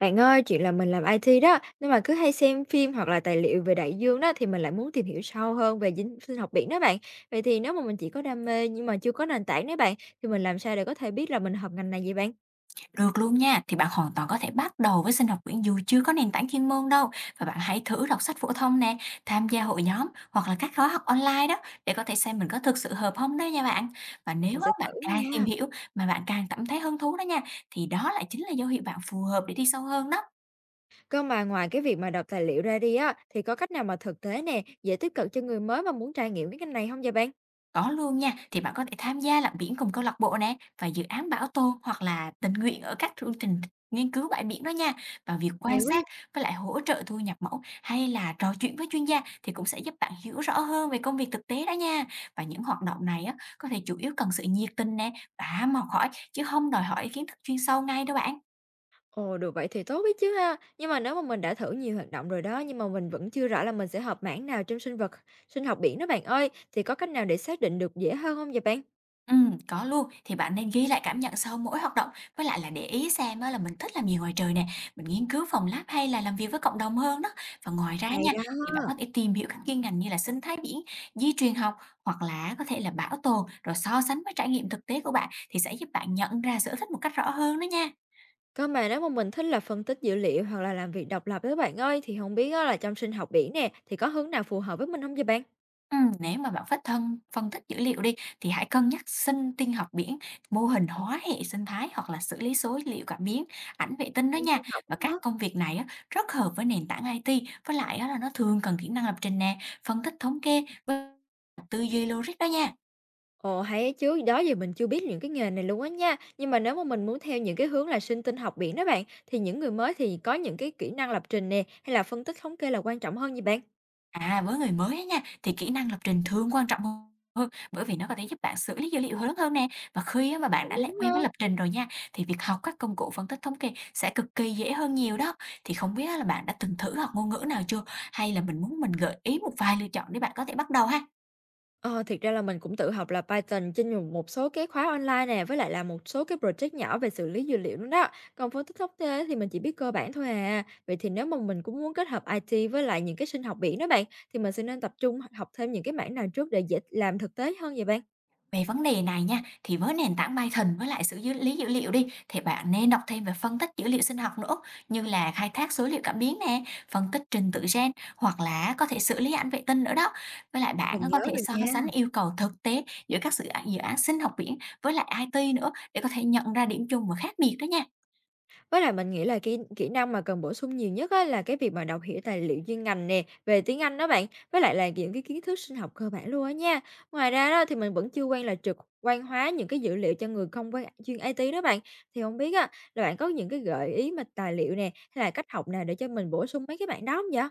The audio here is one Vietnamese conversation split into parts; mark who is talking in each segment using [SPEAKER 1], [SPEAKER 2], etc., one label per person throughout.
[SPEAKER 1] Bạn ơi, chuyện là mình làm IT đó, nhưng mà cứ hay xem phim hoặc là tài liệu về đại dương đó thì mình lại muốn tìm hiểu sâu hơn về dinh sinh học biển đó bạn. Vậy thì nếu mà mình chỉ có đam mê nhưng mà chưa có nền tảng đấy bạn, thì mình làm sao để có thể biết là mình hợp ngành này vậy bạn?
[SPEAKER 2] Được luôn nha, thì bạn hoàn toàn có thể bắt đầu với sinh học quyển dù chưa có nền tảng chuyên môn đâu và bạn hãy thử đọc sách phổ thông nè, tham gia hội nhóm hoặc là các khóa học online đó để có thể xem mình có thực sự hợp không đó nha bạn. Và nếu
[SPEAKER 1] Mình
[SPEAKER 2] á,
[SPEAKER 1] sẽ
[SPEAKER 2] bạn
[SPEAKER 1] thử
[SPEAKER 2] càng tìm
[SPEAKER 1] nha.
[SPEAKER 2] hiểu mà bạn càng cảm thấy hứng thú đó nha thì đó lại chính là dấu hiệu bạn phù hợp để đi sâu hơn đó.
[SPEAKER 1] Cơ mà ngoài cái việc mà đọc tài liệu ra đi á, thì có cách nào mà thực tế nè, dễ tiếp cận cho người mới mà muốn trải nghiệm cái ngành này không vậy bạn?
[SPEAKER 2] Có luôn nha, thì bạn có thể tham gia lặn biển cùng câu lạc bộ nè và dự án bảo tồn hoặc là tình nguyện ở các chương trình nghiên cứu bãi biển đó nha. Và việc quan
[SPEAKER 1] Hay quá.
[SPEAKER 2] sát với lại hỗ trợ thu nhập mẫu hay là trò chuyện với chuyên gia thì cũng sẽ giúp bạn hiểu rõ hơn về công việc thực tế đó nha. Và những hoạt động này á có thể chủ yếu cần sự nhiệt tình nè và ham học hỏi chứ không đòi hỏi kiến thức chuyên sâu ngay đâu bạn.
[SPEAKER 1] Ồ, được vậy thì tốt biết chứ ha. Nhưng mà nếu mà mình đã thử nhiều hoạt động rồi đó, nhưng mà mình vẫn chưa rõ là mình sẽ hợp mảng nào trong sinh vật, sinh học biển đó bạn ơi, thì có cách nào để xác định được dễ hơn không vậy bạn?
[SPEAKER 2] Có luôn, thì bạn nên ghi lại cảm nhận sau mỗi hoạt động, với lại là để ý xem á là mình thích làm gì ngoài trời nè, mình nghiên cứu phòng lab hay là làm việc với cộng đồng hơn đó. Và ngoài ra
[SPEAKER 1] Hay
[SPEAKER 2] nha,
[SPEAKER 1] đó.
[SPEAKER 2] thì bạn có thể tìm hiểu các chuyên ngành như là sinh thái biển, di truyền học hoặc là có thể là bảo tồn rồi so sánh với trải nghiệm thực tế của bạn thì sẽ giúp bạn nhận ra sở thích một cách rõ hơn đó nha.
[SPEAKER 1] Cơ mà nếu mà mình thích là phân tích dữ liệu hoặc là làm việc độc lập đó bạn ơi, thì không biết á là trong sinh học biển nè, thì có hướng nào phù hợp với mình không vậy bạn?
[SPEAKER 2] Nếu mà bạn phát thân phân tích dữ liệu đi thì hãy cân nhắc sinh tinh học biển, mô hình hóa hệ sinh thái hoặc là xử lý số liệu cảm biến, ảnh vệ tinh đó
[SPEAKER 1] Trong
[SPEAKER 2] nha.
[SPEAKER 1] sinh học á
[SPEAKER 2] Và các
[SPEAKER 1] hả?
[SPEAKER 2] công việc này á, rất hợp với nền tảng IT, với lại á, là nó thường cần kỹ năng lập trình nè, phân tích thống kê với tư duy logic đó nha.
[SPEAKER 1] Ồ hay ấy chứ, đó giờ mình chưa biết những cái nghề này luôn á nha. Nhưng mà nếu mà mình muốn theo những cái hướng là sinh tinh học biển đó bạn, thì những người mới thì có những cái kỹ năng lập trình nè, hay là phân tích thống kê là quan trọng hơn vậy bạn?
[SPEAKER 2] À, với người mới á nha, thì kỹ năng lập trình thường quan trọng hơn, bởi vì nó có thể giúp bạn xử lý dữ liệu lớn hơn nè. Và khi á mà bạn đã lại
[SPEAKER 1] Đúng ha.
[SPEAKER 2] quen với lập trình rồi nha, thì việc học các công cụ phân tích thống kê sẽ cực kỳ dễ hơn nhiều đó. Thì không biết á là bạn đã từng thử học ngôn ngữ nào chưa? Hay là mình muốn mình gợi ý một vài lựa chọn để bạn có thể bắt đầu ha?
[SPEAKER 1] Ờ, thiệt ra là mình cũng tự học là Python trên nhùng một số cái khóa online nè, với lại là một số cái project nhỏ về xử lý dữ liệu nữa đó. Còn phân tích thống kê thì mình chỉ biết cơ bản thôi à. Vậy thì nếu mà mình cũng muốn kết hợp IT với lại những cái sinh học biển đó bạn, thì mình sẽ nên tập trung học thêm những cái mảng nào trước để dễ làm thực tế hơn vậy bạn?
[SPEAKER 2] Về vấn đề này nha, thì với nền tảng Python với lại xử dữ lý dữ liệu đi, thì bạn nên đọc thêm về phân tích dữ liệu sinh học nữa, như là khai thác số liệu cảm biến nè, phân tích trình tự gen, hoặc là có thể xử lý ảnh vệ tinh nữa đó. Với lại bạn
[SPEAKER 1] Mình
[SPEAKER 2] á, có
[SPEAKER 1] nhớ
[SPEAKER 2] thể
[SPEAKER 1] rồi
[SPEAKER 2] so
[SPEAKER 1] nha.
[SPEAKER 2] sánh yêu cầu thực tế giữa các dự án sinh học biển với lại IT nữa để có thể nhận ra điểm chung và khác biệt đó nha.
[SPEAKER 1] Với lại mình nghĩ là kỹ kỹ năng mà cần bổ sung nhiều nhất á, là cái việc mà đọc hiểu tài liệu chuyên ngành nè, về tiếng Anh đó bạn, với lại là những cái kiến thức sinh học cơ bản luôn á nha. Ngoài ra đó thì mình vẫn chưa quen là trực quan hóa những cái dữ liệu cho người không quan chuyên IT đó bạn. Thì không biết á, là bạn có những cái gợi ý mà tài liệu nè, hay là cách học nào để cho mình bổ sung mấy cái bạn đó không vậy?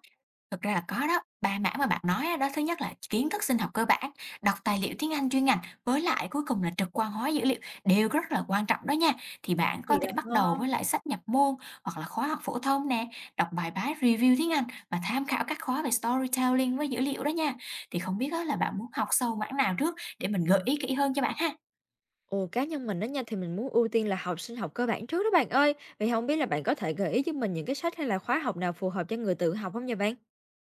[SPEAKER 2] Thực ra là có đó, 3 mảng mà bạn nói á, đó thứ nhất là kiến thức sinh học cơ bản, đọc tài liệu tiếng Anh chuyên ngành với lại cuối cùng là trực quan hóa dữ liệu đều rất là quan trọng đó nha. Thì bạn có
[SPEAKER 1] Thì
[SPEAKER 2] thể bắt
[SPEAKER 1] đó.
[SPEAKER 2] đầu với lại sách nhập môn hoặc là khóa học phổ thông nè, đọc bài báo review tiếng Anh và tham khảo các khóa về storytelling với dữ liệu đó nha. Thì không biết á, là bạn muốn học sâu mảng nào trước để mình gợi ý kỹ hơn cho bạn ha.
[SPEAKER 1] Ồ, cá nhân mình đó nha thì mình muốn ưu tiên là học sinh học cơ bản trước đó bạn ơi. Vậy không biết là bạn có thể gợi ý cho mình những cái sách hay là khóa học nào phù hợp cho người tự học không nha bạn?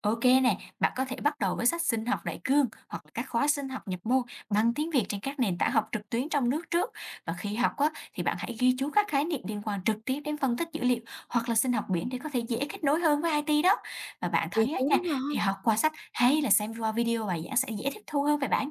[SPEAKER 2] OK nè, bạn có thể bắt đầu với sách Sinh học đại cương hoặc là các khóa sinh học nhập môn bằng tiếng Việt trên các nền tảng học trực tuyến trong nước trước. Và khi học á, thì bạn hãy ghi chú các khái niệm liên quan trực tiếp đến phân tích dữ liệu hoặc là sinh học biển để có thể dễ kết nối hơn với IT đó. Và bạn
[SPEAKER 1] Ghi
[SPEAKER 2] thấy á
[SPEAKER 1] chú
[SPEAKER 2] nha,
[SPEAKER 1] đúng
[SPEAKER 2] thì
[SPEAKER 1] không?
[SPEAKER 2] học qua sách hay là xem qua video bài giảng sẽ dễ tiếp thu hơn về bạn?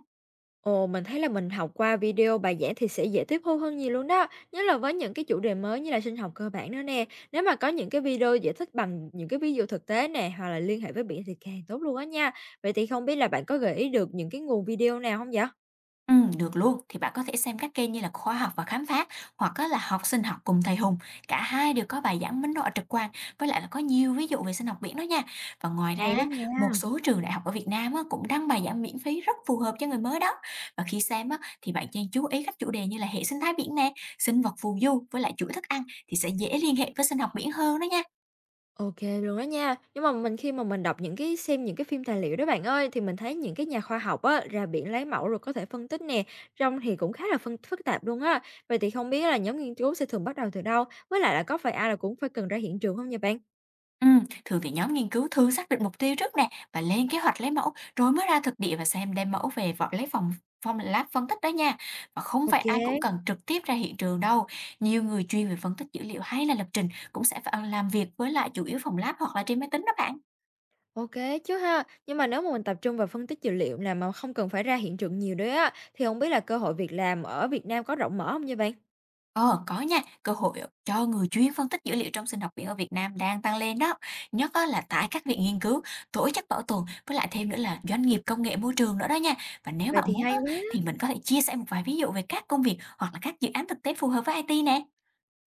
[SPEAKER 1] Ồ, mình thấy là mình học qua video bài giảng thì sẽ dễ tiếp thu hơn nhiều luôn đó, nhất là với những cái chủ đề mới như là sinh học cơ bản nữa nè. Nếu mà có những cái video giải thích bằng những cái ví dụ thực tế nè, hoặc là liên hệ với biển thì càng tốt luôn á nha. Vậy thì không biết là bạn có gợi ý được những cái nguồn video nào không vậy?
[SPEAKER 2] Được luôn, thì bạn có thể xem các kênh như là Khoa học và Khám phá hoặc á là Học sinh học cùng thầy Hùng. Cả hai đều có bài giảng minh họa trực quan với lại là có nhiều ví dụ về sinh học biển đó nha. Và ngoài ra,
[SPEAKER 1] Hay đó
[SPEAKER 2] á, một
[SPEAKER 1] nha.
[SPEAKER 2] số trường đại học ở Việt Nam á, cũng đăng bài giảng miễn phí rất phù hợp cho người mới đó. Và khi xem á, thì bạn nên chú ý các chủ đề như là hệ sinh thái biển nè, sinh vật phù du với lại chuỗi thức ăn thì sẽ dễ liên hệ với sinh học biển hơn đó nha.
[SPEAKER 1] OK luôn đó nha. Nhưng mà mình khi mà mình đọc những cái xem những cái phim tài liệu đó bạn ơi, thì mình thấy những cái nhà khoa học á, ra biển lấy mẫu rồi có thể phân tích nè, trong thì cũng khá là phân phức tạp luôn á. Vậy thì không biết là nhóm nghiên cứu sẽ thường bắt đầu từ đâu? Với lại là có phải ai là cũng phải cần ra hiện trường không nha bạn?
[SPEAKER 2] Ừm, Thường thì nhóm nghiên cứu thường xác định mục tiêu trước nè và lên kế hoạch lấy mẫu rồi mới ra thực địa và xem đem mẫu về vỏ lấy phòng phòng lab phân tích đó nha và không phải
[SPEAKER 1] Ok,
[SPEAKER 2] ai cũng cần trực tiếp ra hiện trường đâu nhiều người chuyên về phân tích dữ liệu hay là lập trình cũng sẽ phải làm việc với lại chủ yếu phòng lab hoặc là trên máy tính đó bạn.
[SPEAKER 1] OK chứ ha. Nhưng mà nếu mà mình tập trung vào phân tích dữ liệu là mà không cần phải ra hiện trường nhiều đấy á, thì không biết là cơ hội việc làm ở Việt Nam có rộng mở không nha bạn?
[SPEAKER 2] Ờ, có nha, cơ hội cho người chuyên phân tích dữ liệu trong sinh học biển ở Việt Nam đang tăng lên đó. Nhất á là tại các viện nghiên cứu, tổ chức bảo tồn, với lại thêm nữa là doanh nghiệp công nghệ môi trường nữa đó nha. Và nếu
[SPEAKER 1] Vậy
[SPEAKER 2] bạn
[SPEAKER 1] thì
[SPEAKER 2] muốn á,
[SPEAKER 1] hay quá.
[SPEAKER 2] thì mình có thể chia sẻ một vài ví dụ về các công việc hoặc là các dự án thực tế phù hợp với IT nè.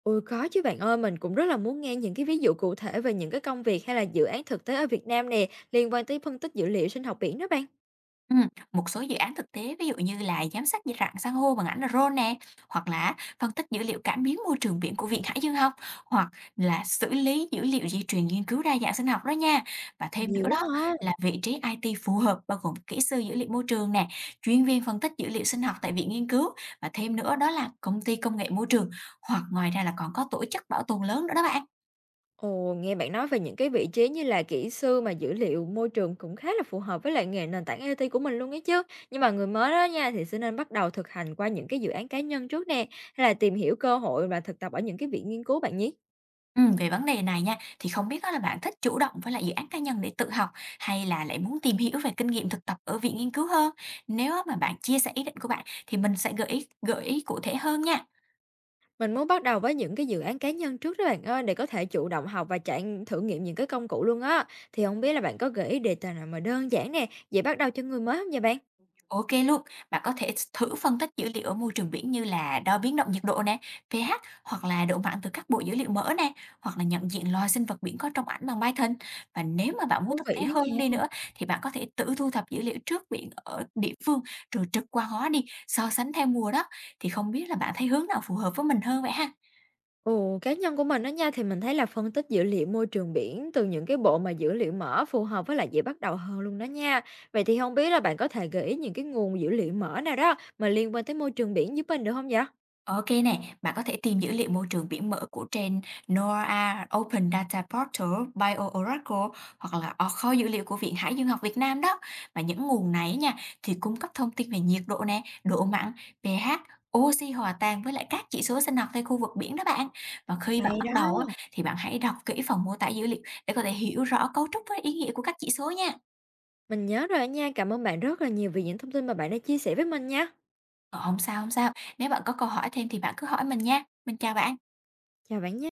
[SPEAKER 1] Ôi, có chứ bạn ơi, mình cũng rất là muốn nghe những cái ví dụ cụ thể về những cái công việc hay là dự án thực tế ở Việt Nam nè, liên quan tới phân tích dữ liệu sinh học biển đó bạn.
[SPEAKER 2] Ừm, Một số dự án thực tế ví dụ như là giám sát rạn san hô bằng ảnh drone nè, hoặc là phân tích dữ liệu cảm biến môi trường biển của Viện Hải dương học, hoặc là xử lý dữ liệu di truyền nghiên cứu đa dạng sinh học đó nha. Và thêm
[SPEAKER 1] Nhiều
[SPEAKER 2] nữa
[SPEAKER 1] quá
[SPEAKER 2] đó
[SPEAKER 1] ha.
[SPEAKER 2] là vị trí IT phù hợp bao gồm kỹ sư dữ liệu môi trường nè, chuyên viên phân tích dữ liệu sinh học tại viện nghiên cứu và thêm nữa đó là công ty công nghệ môi trường hoặc ngoài ra là còn có tổ chức bảo tồn lớn nữa đó bạn.
[SPEAKER 1] Ồ, nghe bạn nói về những cái vị trí như là kỹ sư mà dữ liệu môi trường cũng khá là phù hợp với lại nghề nền tảng IT của mình luôn ấy chứ. Nhưng mà người mới đó nha thì sẽ nên bắt đầu thực hành qua những cái dự án cá nhân trước nè, hay là tìm hiểu cơ hội và thực tập ở những cái viện nghiên cứu bạn nhé.
[SPEAKER 2] Về vấn đề này nha, thì không biết á là bạn thích chủ động với lại dự án cá nhân để tự học hay là lại muốn tìm hiểu về kinh nghiệm thực tập ở viện nghiên cứu hơn? Nếu á mà bạn chia sẻ ý định của bạn thì mình sẽ gợi ý cụ thể hơn nha.
[SPEAKER 1] Mình muốn bắt đầu với những cái dự án cá nhân trước đó bạn ơi, để có thể chủ động học và trải thử nghiệm những cái công cụ luôn á. Thì không biết là bạn có gợi ý đề tài nào mà đơn giản nè, dễ bắt đầu cho người mới không nha bạn?
[SPEAKER 2] OK luôn. Bạn có thể thử phân tích dữ liệu ở môi trường biển như là đo biến động nhiệt độ nè, pH hoặc là độ mặn từ các bộ dữ liệu mở nè, hoặc là nhận diện loài sinh vật biển có trong ảnh bằng Python. Và nếu mà bạn muốn
[SPEAKER 1] Thú
[SPEAKER 2] thực
[SPEAKER 1] vị
[SPEAKER 2] tế
[SPEAKER 1] đó
[SPEAKER 2] hơn đi
[SPEAKER 1] nha.
[SPEAKER 2] nữa thì bạn có thể tự thu thập dữ liệu trước biển ở địa phương rồi trực quan hóa đi, so sánh theo mùa đó. Thì không biết là bạn thấy hướng nào phù hợp với mình hơn vậy ha?
[SPEAKER 1] Ồ, cá nhân của mình đó nha, thì mình thấy là phân tích dữ liệu môi trường biển từ những cái bộ mà dữ liệu mở phù hợp với lại dễ bắt đầu hơn luôn đó nha. Vậy thì không biết là bạn có thể gợi ý những cái nguồn dữ liệu mở nào đó mà liên quan tới môi trường biển giúp mình được không vậy?
[SPEAKER 2] OK này, bạn có thể tìm dữ liệu môi trường biển mở của trên NOAA Open Data Portal, BioOracle hoặc là ở kho dữ liệu của Viện Hải dương học Việt Nam đó. Mà những nguồn này nha thì cung cấp thông tin về nhiệt độ nè, độ mặn, pH, oxy hòa tan với lại các chỉ số sinh học tại khu vực biển đó bạn. Và khi bạn
[SPEAKER 1] Hay
[SPEAKER 2] bắt đầu á,
[SPEAKER 1] đó.
[SPEAKER 2] thì bạn hãy đọc kỹ phần mô tả dữ liệu để có thể hiểu rõ cấu trúc với ý nghĩa của các chỉ số nha.
[SPEAKER 1] Mình nhớ rồi á nha, cảm ơn bạn rất là nhiều vì những thông tin mà bạn đã chia sẻ với mình nha.
[SPEAKER 2] Ờ, không sao, không sao, nếu bạn có câu hỏi thêm thì bạn cứ hỏi mình nha. Mình chào bạn.
[SPEAKER 1] Chào bạn nha.